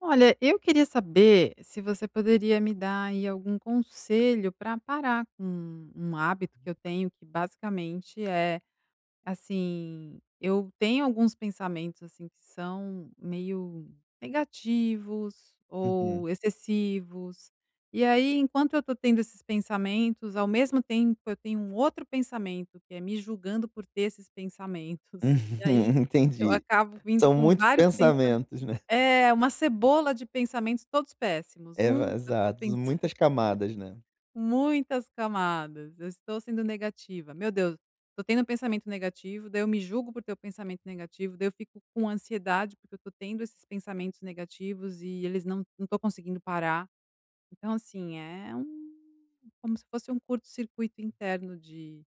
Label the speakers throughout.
Speaker 1: Olha, eu queria saber se você poderia me dar aí algum conselho para parar com um hábito que eu tenho que basicamente é assim, eu tenho alguns pensamentos assim que são meio negativos
Speaker 2: Uhum.
Speaker 1: ou excessivos. E aí, enquanto eu tô tendo esses pensamentos, ao mesmo tempo eu tenho um outro pensamento que é me julgando por ter esses
Speaker 2: Uhum,
Speaker 1: pensamentos. E aí eu
Speaker 2: entendi.
Speaker 1: acabo vindo
Speaker 2: São
Speaker 1: com
Speaker 2: muitos
Speaker 1: vários
Speaker 2: pensamentos, né.
Speaker 1: uma cebola de pensamentos todos péssimos.
Speaker 2: É,
Speaker 1: Um,
Speaker 2: va
Speaker 1: eu tô
Speaker 2: exato,
Speaker 1: pensando.
Speaker 2: muitas camadas, né,
Speaker 1: Muitas camadas, eu estou sendo negativa. Meu Deus, tô tendo um pensamento negativo, daí eu me julgo por ter o pensamento negativo, daí eu fico com ansiedade porque eu tô tendo esses pensamentos negativos e eles não tô conseguindo parar. Então, assim, é um como se fosse um curto circuito interno de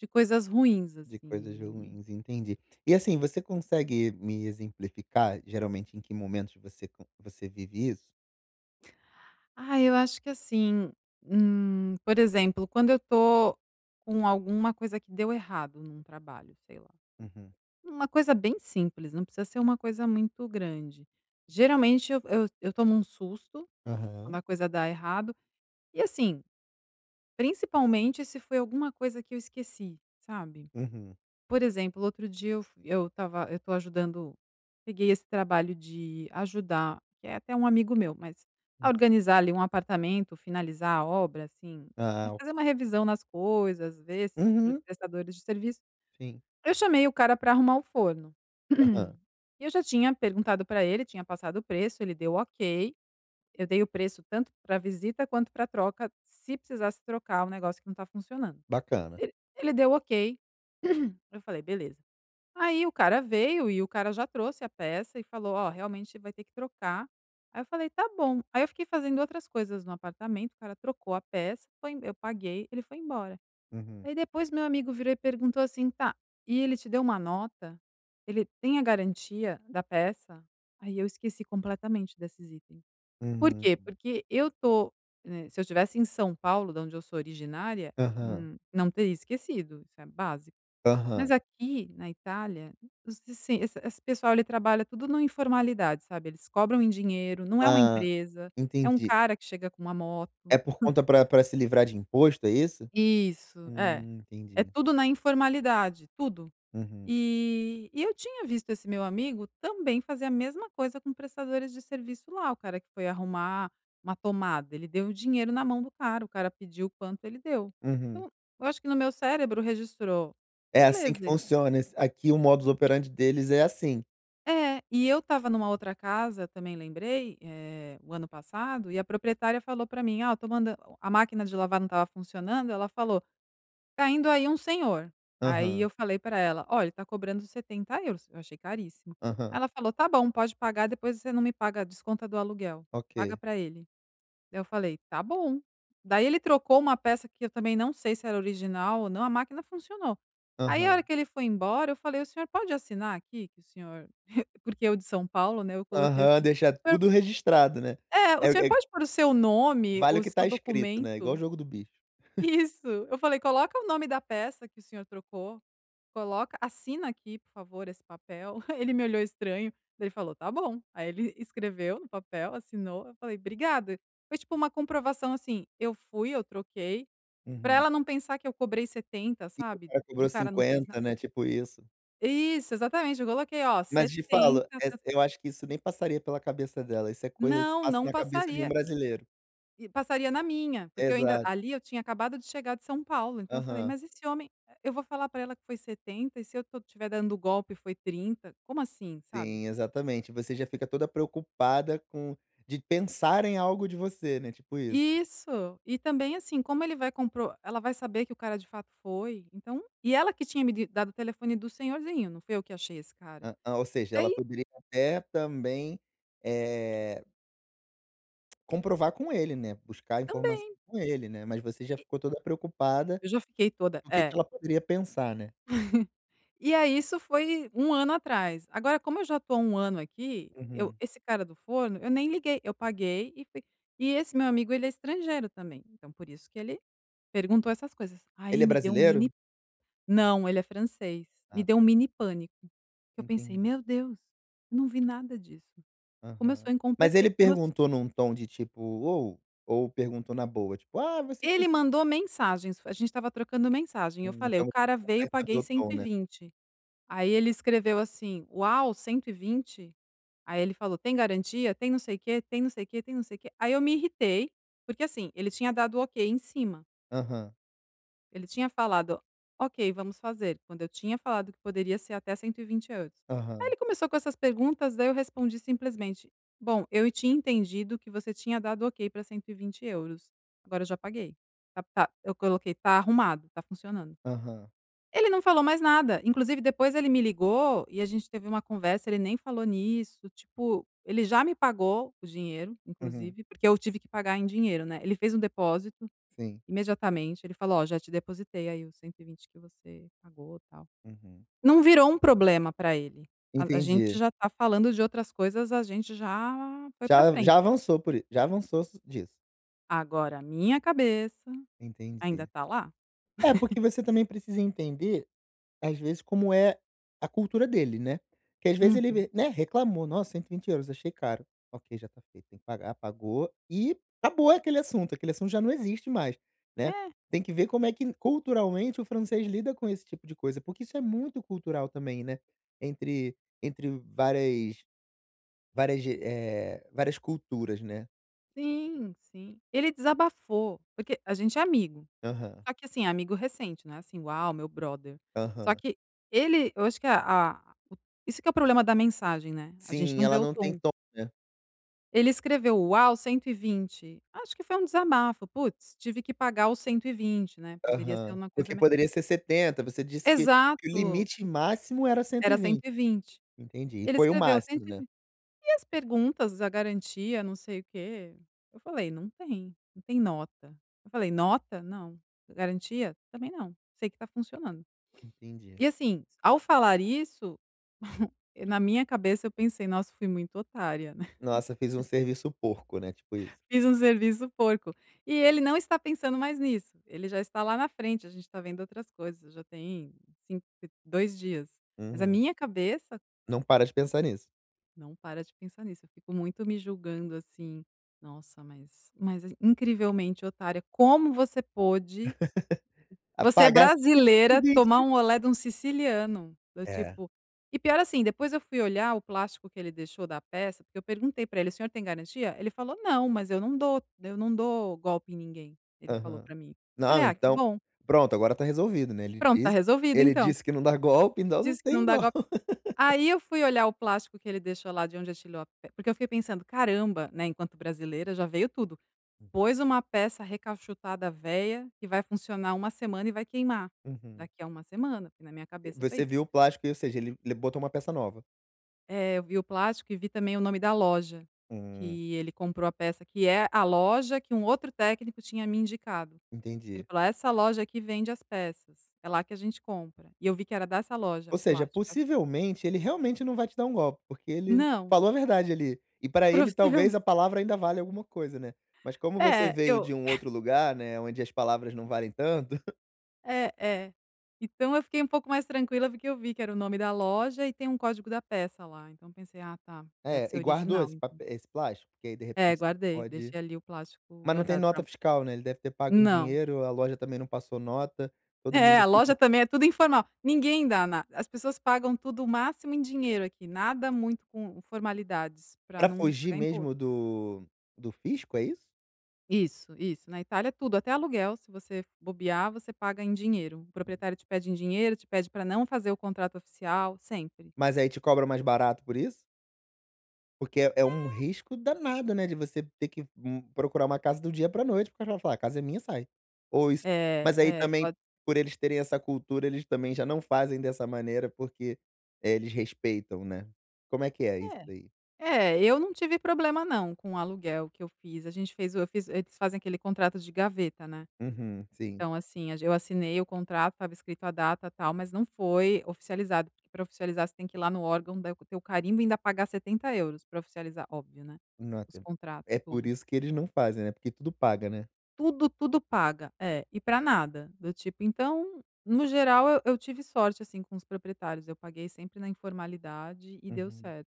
Speaker 1: de coisas ruins,
Speaker 2: de coisas
Speaker 1: assim.
Speaker 2: ruins, entendi. E assim, você consegue me exemplificar, geralmente, em que momentos você vive isso?
Speaker 1: Ah, eu acho que assim, por exemplo, quando eu tô com alguma coisa que deu errado num trabalho, sei lá.
Speaker 2: Uhum.
Speaker 1: Uma coisa bem simples, não precisa ser uma coisa muito grande. Geralmente eu tomo um susto quando
Speaker 2: Aham.
Speaker 1: a coisa dá errado. E assim, principalmente se foi alguma coisa que eu esqueci, sabe?
Speaker 2: Uhum.
Speaker 1: Por exemplo, outro dia eu fu eu estava eu tô ajudando, peguei esse trabalho de ajudar, que é até um amigo meu, mas a
Speaker 2: Uhum.
Speaker 1: organizar ali um apartamento, finalizar a obra, assim, é
Speaker 2: Ah, o
Speaker 1: fazer uma revisão nas coisas, ver esses
Speaker 2: Uhum,
Speaker 1: prestadores de serviço.
Speaker 2: sim.
Speaker 1: Eu chamei o cara para arrumar o forno.
Speaker 2: Aham.
Speaker 1: E eu já tinha perguntado para ele, tinha passado o preço, ele deu ok, eu dei o preço tanto para visita quanto para troca, se precisasse trocar o negócio que não está funcionando.
Speaker 2: Bacana.
Speaker 1: Ele deu ok, eu falei: "Beleza". Aí o cara veio e o cara já trouxe a peça e falou: "Ó, realmente vai ter que trocar". Aí eu falei: "Tá bom". Aí eu fiquei fazendo outras coisas no apartamento, o cara trocou a peça, foi em eu paguei, ele foi embora.
Speaker 2: Uhum.
Speaker 1: Aí depois meu amigo virou e perguntou assim: "Tá, e ele te deu uma nota? Ele tem a garantia da peça?" Aí eu esqueci completamente desses itens. Por quê?
Speaker 2: Uhum.
Speaker 1: Porque eu tô, né, se eu estivesse em São Paulo, da onde eu sou originária,
Speaker 2: Aham.
Speaker 1: não teria esquecido, isso é básico. Mas
Speaker 2: Aham.
Speaker 1: aqui na Itália, os assim, esse pessoal ele trabalha tudo na informalidade, sabe, eles cobram em dinheiro, não é uma
Speaker 2: Ah,
Speaker 1: empresa, é um
Speaker 2: entendi.
Speaker 1: cara que chega com uma
Speaker 2: É
Speaker 1: moto.
Speaker 2: por conta para pra se livrar de imposto, é isso?
Speaker 1: Isso, é. É
Speaker 2: Entendi.
Speaker 1: tudo na informalidade, tudo.
Speaker 2: Uhum.
Speaker 1: E eu tinha visto esse meu amigo também fazer a mesma coisa com prestadores de serviço lá, o cara que foi arrumar uma tomada, ele deu o dinheiro na mão do cara, o cara pediu quanto, ele deu.
Speaker 2: Uhum.
Speaker 1: Então, eu acho que no meu cérebro registrou:
Speaker 2: É assim que
Speaker 1: "Beleza".
Speaker 2: funciona, es aqui o modus operandi deles é assim.
Speaker 1: É, e eu estava numa outra casa, também lembrei, o ano passado, e a proprietária falou para mim: "Ah, eu tô mandando, a máquina de lavar não estava funcionando", ela falou: "Tá indo aí um senhor". Aí
Speaker 2: Aham,
Speaker 1: eu falei para ela: "Olha, ele tá cobrando 70 euros, eu achei caríssimo".
Speaker 2: aham,
Speaker 1: Ela falou: "Tá bom, pode pagar, depois você não me paga, desconta do aluguel, paga
Speaker 2: ok.
Speaker 1: para ele". Daí eu falei: "Tá bom". Daí ele trocou uma peça que eu também não sei se era original ou não, a máquina funcionou. Aí a hora
Speaker 2: Aham,
Speaker 1: que ele foi embora eu falei: "O senhor pode assinar aqui que o senhor" porque eu de São Paulo, né, eu coloquei
Speaker 2: aham,
Speaker 1: assim:
Speaker 2: deixar
Speaker 1: "O senhor
Speaker 2: tudo registrado, né.
Speaker 1: o senhor
Speaker 2: É
Speaker 1: pode pôr o seu nome,
Speaker 2: vale
Speaker 1: o
Speaker 2: o que
Speaker 1: seu
Speaker 2: tá escrito, né, igual o
Speaker 1: documento".
Speaker 2: jogo do bicho.
Speaker 1: Isso. Eu falei: "Coloca o nome da peça que o senhor trocou, coloca assina aqui, por favor, esse papel". Ele me olhou estranho, daí ele falou: "Tá bom". Aí ele escreveu no papel, assinou, eu falei: "Obrigada". Foi tipo uma comprovação, assim, eu fui, eu troquei, pra
Speaker 2: Uhum.
Speaker 1: ela não pensar que eu cobrei 70,
Speaker 2: O
Speaker 1: sabe,
Speaker 2: cara
Speaker 1: de o
Speaker 2: cobrou
Speaker 1: cara não fez nada.
Speaker 2: 50, né, tipo isso.
Speaker 1: Isso, exatamente, eu coloquei: "Ó,
Speaker 2: Mas te falo,
Speaker 1: 70, tá".
Speaker 2: eu acho que isso nem passaria pela cabeça dela, isso é coisa que
Speaker 1: Não,
Speaker 2: passa
Speaker 1: não
Speaker 2: na cabeça de um
Speaker 1: passaria.
Speaker 2: brasileiro.
Speaker 1: E passaria na minha, porque eu ainda
Speaker 2: Exato.
Speaker 1: ali eu tinha acabado de chegar de São Paulo, então eu falei:
Speaker 2: Aham.
Speaker 1: "Mas esse homem, eu vou falar pra ela que foi 70 e se eu to tiver dando golpe foi 30, como assim?", sabe.
Speaker 2: Sim, exatamente. Você já fica toda preocupada com de pensar em algo de você, né, tipo isso.
Speaker 1: Isso, e também, assim, como ele vai compro ela vai saber que o cara de fato foi, então e ela que tinha me di dado o telefone do senhorzinho, não fui eu que achei esse cara.
Speaker 2: Hã hã, ou seja, ela
Speaker 1: Aí
Speaker 2: poderia até também, eh, comprovar com ele, né, buscar informação
Speaker 1: também,
Speaker 2: com ele, né, mas você já ficou toda preocupada,
Speaker 1: eu já fiquei toda
Speaker 2: do que
Speaker 1: é.
Speaker 2: ela poderia pensar, né.
Speaker 1: E aí isso foi um ano atrás. Agora como eu já tô há 1 ano aqui, eu
Speaker 2: Uhum.
Speaker 1: esse cara do forno, eu nem liguei, eu paguei e fui. E esse meu amigo ele é estrangeiro também, então por isso que ele perguntou essas coisas. Aí
Speaker 2: Ele é
Speaker 1: me deu um mini,
Speaker 2: brasileiro?
Speaker 1: não, ele é francês. Me
Speaker 2: Ah
Speaker 1: deu um
Speaker 2: tá,
Speaker 1: mini pânico. Eu pensei:
Speaker 2: entendi.
Speaker 1: "Meu Deus, eu não vi nada disso. Como eu
Speaker 2: Aham.
Speaker 1: sou
Speaker 2: Mas ele
Speaker 1: incompetente, como eu so
Speaker 2: perguntou num tom de tipo: ou perguntou na boa, tipo: "Ah, você
Speaker 1: ele
Speaker 2: esqueceu".
Speaker 1: mandou mensagens". A gente estava trocando mensagem, eu falei: "O
Speaker 2: Então
Speaker 1: cara
Speaker 2: você
Speaker 1: veio,
Speaker 2: consegue saber
Speaker 1: paguei
Speaker 2: o tom,
Speaker 1: cento e
Speaker 2: né.
Speaker 1: vinte. Aí ele escreveu assim: "Uau, 120". Aí ele falou: "Tem garantia? Tem não sei o quê, tem não sei o quê, tem não sei o quê". Aí eu me irritei, porque assim, ele tinha dado ok em cima.
Speaker 2: Aham,
Speaker 1: Ele tinha falado: "Ok, vamos fazer", quando eu tinha falado que poderia ser até 120 euros. Aí ele
Speaker 2: aham,
Speaker 1: começou com essas perguntas, daí eu respondi simplesmente: "Bom, eu tinha entendido que você tinha dado ok para 120 euros, agora eu já paguei. Tá", eu coloquei: "Tá arrumado, tá funcionando".
Speaker 2: aham.
Speaker 1: Ele não falou mais nada, inclusive depois ele me ligou e a gente teve uma conversa, ele nem falou nisso, tipo, ele já me pagou o dinheiro,
Speaker 2: Uhum,
Speaker 1: inclusive, porque eu tive que pagar em dinheiro, né. Ele fez um depósito
Speaker 2: sim.
Speaker 1: imediatamente, ele falou: "Ó, já te depositei aí os 120 que você pagou, tal".
Speaker 2: Uhum.
Speaker 1: Não virou um problema pra ele. A
Speaker 2: Entendi.
Speaker 1: gente já tá falando de outras coisas, a gente já foi pra
Speaker 2: Já
Speaker 1: frente.
Speaker 2: já avançou por i já avançou s disso.
Speaker 1: Agora a minha cabeça ainda
Speaker 2: Entendi.
Speaker 1: tá lá.
Speaker 2: É, porque você também precisa entender. Às vezes, como é a cultura dele, né. Que às vezes
Speaker 1: Uhum.
Speaker 2: ele, né, reclamou: "Nossa, 120 euros, achei caro". Ok, já tá feito, tem que pagar, pagou e acabou aquele assunto já não existe mais, né.
Speaker 1: É,
Speaker 2: Tem que ver como é que culturalmente o francês lida com esse tipo de coisa, porque isso é muito cultural também, né, entre várias culturas, né.
Speaker 1: sim, sim. Ele desabafou, porque a gente é amigo.
Speaker 2: Aham,
Speaker 1: Só que assim, amigo recente, né, assim, uau, meu brother. Só
Speaker 2: aham.
Speaker 1: que ele eu acho que a o isso que é o problema da mensagem, né, a gente
Speaker 2: Sim,
Speaker 1: não vê
Speaker 2: ela
Speaker 1: o
Speaker 2: não tem
Speaker 1: tom.
Speaker 2: tom, né.
Speaker 1: Ele escreveu: "Uau, 120". Acho que foi um desabafo: "Putz, tive que pagar os 120", né, poderia ser
Speaker 2: Aham.
Speaker 1: uma coisa
Speaker 2: Porque
Speaker 1: me
Speaker 2: poderia ser 70, você disse que o
Speaker 1: exato,
Speaker 2: limite máximo era cento
Speaker 1: era
Speaker 2: e
Speaker 1: cento e
Speaker 2: vinte
Speaker 1: vinte.
Speaker 2: Entendi, e
Speaker 1: Ele
Speaker 2: foi o
Speaker 1: escreveu
Speaker 2: máximo,
Speaker 1: 120.
Speaker 2: né.
Speaker 1: E vinte. E as perguntas, a garantia, não sei o quê. Eu falei: "Não tem, não tem nota". Eu falei: "Nota? Não. Garantia? Também não. Sei que tá funcionando".
Speaker 2: Entendi.
Speaker 1: E assim, ao falar isso, na minha cabeça eu pensei: "Nossa, fui muito otária, né,
Speaker 2: Nossa, fiz um serviço porco, né, tipo isso.
Speaker 1: fiz um serviço porco". E ele não está pensando mais nisso, ele já está lá na frente, a gente está vendo outras coisas, já tem cin 2 dias. Mas a
Speaker 2: Uhum.
Speaker 1: minha cabeça
Speaker 2: Não para de pensar nisso.
Speaker 1: não para de pensar nisso, eu fico muito me julgando assim: "Nossa, mas é incrivelmente otária, como você pôde, você é
Speaker 2: Apagar cento e
Speaker 1: brasileira, tomar
Speaker 2: vinte
Speaker 1: um olé de um siciliano, do
Speaker 2: É,
Speaker 1: tipo". E pior assim, depois eu fui olhar o plástico que ele deixou da peça, porque eu perguntei pra ele: "O senhor tem garantia?". Ele falou: "Não, mas eu não dou golpe em ninguém", ele falou
Speaker 2: aham.
Speaker 1: pra mim. Eu falei:
Speaker 2: Não,
Speaker 1: "Ah, que
Speaker 2: então
Speaker 1: bom,
Speaker 2: pronto, agora tá resolvido, né, ele
Speaker 1: pronto, tá
Speaker 2: disse
Speaker 1: resolvido
Speaker 2: ele
Speaker 1: então",
Speaker 2: disse que não dá golpe, então não
Speaker 1: disse que não
Speaker 2: tem
Speaker 1: dá
Speaker 2: golpe.
Speaker 1: golpe. Aí eu fui olhar o plástico que ele deixou lá de onde atirou a pe porque eu fiquei pensando: "Caramba", né, enquanto brasileira já veio tudo. Pôs uma peça recachutada velha, que vai funcionar uma semana e vai queimar
Speaker 2: Uhum.
Speaker 1: daqui a uma semana, porque na minha cabeça foi
Speaker 2: Você
Speaker 1: isso.
Speaker 2: viu o plástico, ou seja, ele botou uma peça nova.
Speaker 1: Eh, eu vi o plástico e vi também o nome da loja,
Speaker 2: Hum,
Speaker 1: que ele comprou a peça, que é a loja que um outro técnico tinha me indicado. Ele
Speaker 2: Entendi.
Speaker 1: falou: "Essa loja aqui vende as peças, é lá que a gente compra". E eu vi que era dessa loja
Speaker 2: Ou
Speaker 1: o
Speaker 2: seja,
Speaker 1: plástico.
Speaker 2: possivelmente ele realmente não vai te dar um golpe, porque ele
Speaker 1: Não,
Speaker 2: falou a verdade ali. E para ele
Speaker 1: possivel
Speaker 2: talvez a palavra ainda vale alguma coisa, né. Mas como você
Speaker 1: é,
Speaker 2: veio
Speaker 1: eu.
Speaker 2: de um outro lugar, né, onde as palavras não valem tanto.
Speaker 1: É, é. Então eu fiquei um pouco mais tranquila, porque eu vi que era o nome da loja e tem um código da peça lá, então pensei: "Ah tá, deve
Speaker 2: É,
Speaker 1: ser
Speaker 2: e guardou
Speaker 1: original então".
Speaker 2: esse plástico, porque aí de
Speaker 1: É,
Speaker 2: repente você
Speaker 1: guardei,
Speaker 2: pode.
Speaker 1: deixei ali o plástico
Speaker 2: Mas não tem
Speaker 1: guardado pra.
Speaker 2: nota fiscal, né, ele deve ter pago em
Speaker 1: Não.
Speaker 2: dinheiro, a loja também não passou nota, todo
Speaker 1: É,
Speaker 2: mundo
Speaker 1: a loja
Speaker 2: fica
Speaker 1: também é tudo informal, ninguém dá na as pessoas pagam tudo o máximo em dinheiro aqui, nada muito com formalidades, para
Speaker 2: pra
Speaker 1: não
Speaker 2: fugir
Speaker 1: pagar imposto.
Speaker 2: mesmo do fisco, é isso?
Speaker 1: Isso, isso. Na Itália tudo, até aluguel, se você bobear, você paga em dinheiro. O proprietário te pede em dinheiro, te pede para não fazer o contrato oficial, sempre.
Speaker 2: Mas aí te cobra mais barato por isso? Porque é um risco danado, né, de você ter que, procurar uma casa do dia pra noite, porque ela fala: "Ah, "A casa é minha, sai". Ou isso.
Speaker 1: É,
Speaker 2: Mas aí
Speaker 1: é,
Speaker 2: também,
Speaker 1: pode.
Speaker 2: por eles terem essa cultura, eles também já não fazem dessa maneira, porque, eles respeitam, né. Como é que é isso
Speaker 1: É,
Speaker 2: aí?
Speaker 1: é, eu não tive problema não com o aluguel que eu fiz, a gente fez o eu fiz, eles fazem aquele contrato de gaveta, né,
Speaker 2: Uhum, sim.
Speaker 1: então assim, a gen eu assinei o contrato, estava escrito a data, tal, mas não foi oficializado, porque para oficializar você tem que ir lá no órgão, dar o teu carimbo e ainda pagar 70 euros para oficializar, óbvio, né, os
Speaker 2: Nota. É
Speaker 1: contratos,
Speaker 2: por
Speaker 1: tudo.
Speaker 2: isso que eles não fazem, né, porque tudo paga, né.
Speaker 1: Tudo, tudo paga, é, e para nada, do tipo, então, no geral eu tive sorte, assim, com os proprietários, eu paguei sempre na informalidade e deu
Speaker 2: Uhum.
Speaker 1: certo.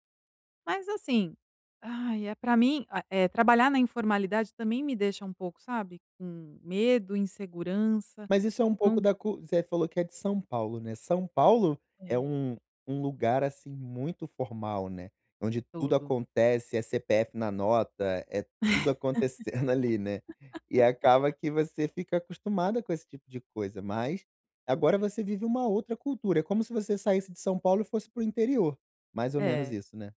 Speaker 1: Mas assim, ai, é para mim, trabalhar na informalidade também me deixa um pouco, sabe, com medo, insegurança,
Speaker 2: Mas isso é um pouco
Speaker 1: não.
Speaker 2: da cu você falou que é de São Paulo, né. São Paulo é
Speaker 1: É.
Speaker 2: um lugar, assim, muito formal, né, onde tudo
Speaker 1: Tudo.
Speaker 2: acontece, é CPF na nota, é tudo acontecendo ali, né. E acaba que você fica acostumada com esse tipo de coisa, mas agora você vive uma outra cultura, é como se você saísse de São Paulo e fosse para o interior, mais ou menos
Speaker 1: É,
Speaker 2: isso, né.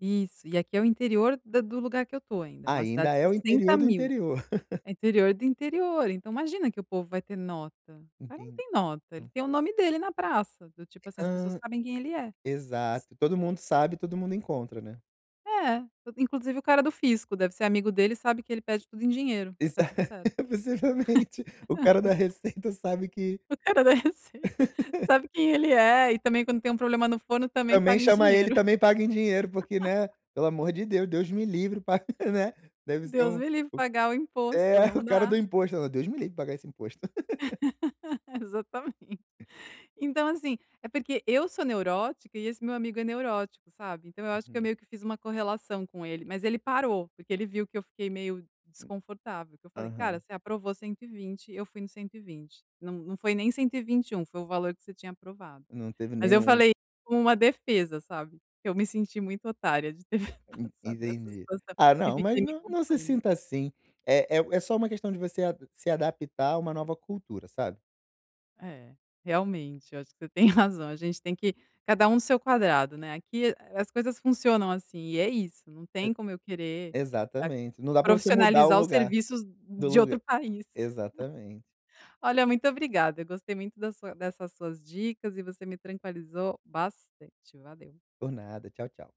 Speaker 1: isso. E aqui é o interior da do lugar que eu tô ainda, uma cidade
Speaker 2: Ainda
Speaker 1: de
Speaker 2: é o interior do
Speaker 1: 60.000.
Speaker 2: interior.
Speaker 1: É interior do interior, então imagina que o povo vai ter nota. O cara não
Speaker 2: Entendi.
Speaker 1: tem nota, ele tem o nome dele na praça, do tipo assim, as pessoas
Speaker 2: Hã,
Speaker 1: sabem quem ele é.
Speaker 2: exato. Todo mundo sabe, todo mundo encontra, né.
Speaker 1: É, inclusive o cara do fisco deve ser amigo dele, sabe que ele pede tudo em dinheiro e tá
Speaker 2: Exa
Speaker 1: tudo certo.
Speaker 2: Possivelmente. O cara da Receita sabe que
Speaker 1: O cara da Receita. Sabe quem ele é e também quando tem um problema no forno também
Speaker 2: também
Speaker 1: paga em
Speaker 2: chama ele,
Speaker 1: dinheiro.
Speaker 2: também paga em dinheiro, porque, né, pelo amor de Deus, Deus me livre pagar, né, deve ser
Speaker 1: Deus me livre pagar o imposto,
Speaker 2: é,
Speaker 1: não
Speaker 2: o cara
Speaker 1: dá.
Speaker 2: do imposto, "Não, Deus me livre pagar esse imposto".
Speaker 1: Exatamente. Então assim, é porque eu sou neurótica e esse meu amigo é neurótico, sabe. Então eu acho que eu
Speaker 2: Uhum.
Speaker 1: meio que fiz uma correlação com ele, mas ele parou, porque ele viu que eu fiquei meio desconfortável, que eu falei: "Cara,
Speaker 2: Aham.
Speaker 1: você aprovou 120, eu fui no 120. Não foi nem 121, foi o valor que você tinha aprovado".
Speaker 2: Não teve
Speaker 1: Mas eu
Speaker 2: nenhum.
Speaker 1: falei como uma defesa, sabe, eu me senti muito otária de ter
Speaker 2: en
Speaker 1: passado nessa
Speaker 2: entendi.
Speaker 1: situação
Speaker 2: Ah,
Speaker 1: e
Speaker 2: não,
Speaker 1: fiquei
Speaker 2: mas
Speaker 1: me
Speaker 2: não se
Speaker 1: culpando.
Speaker 2: sinta assim. É só uma questão de você a se adaptar a uma nova cultura, sabe.
Speaker 1: É, realmente, eu acho que você tem razão, a gente tem que cada um no seu quadrado, né, aqui as coisas funcionam assim, e é isso, não
Speaker 2: E
Speaker 1: tem como eu querer a
Speaker 2: exatamente. Não dá pra você mudar o
Speaker 1: profissionalizar os
Speaker 2: lugar
Speaker 1: serviços
Speaker 2: do
Speaker 1: de
Speaker 2: lugar.
Speaker 1: outro país.
Speaker 2: Exatamente.
Speaker 1: Olha, muito obrigada, eu gostei muito da sua dessas suas dicas e você me tranquilizou bastante, valeu.
Speaker 2: Por nada. Tchau, tchau.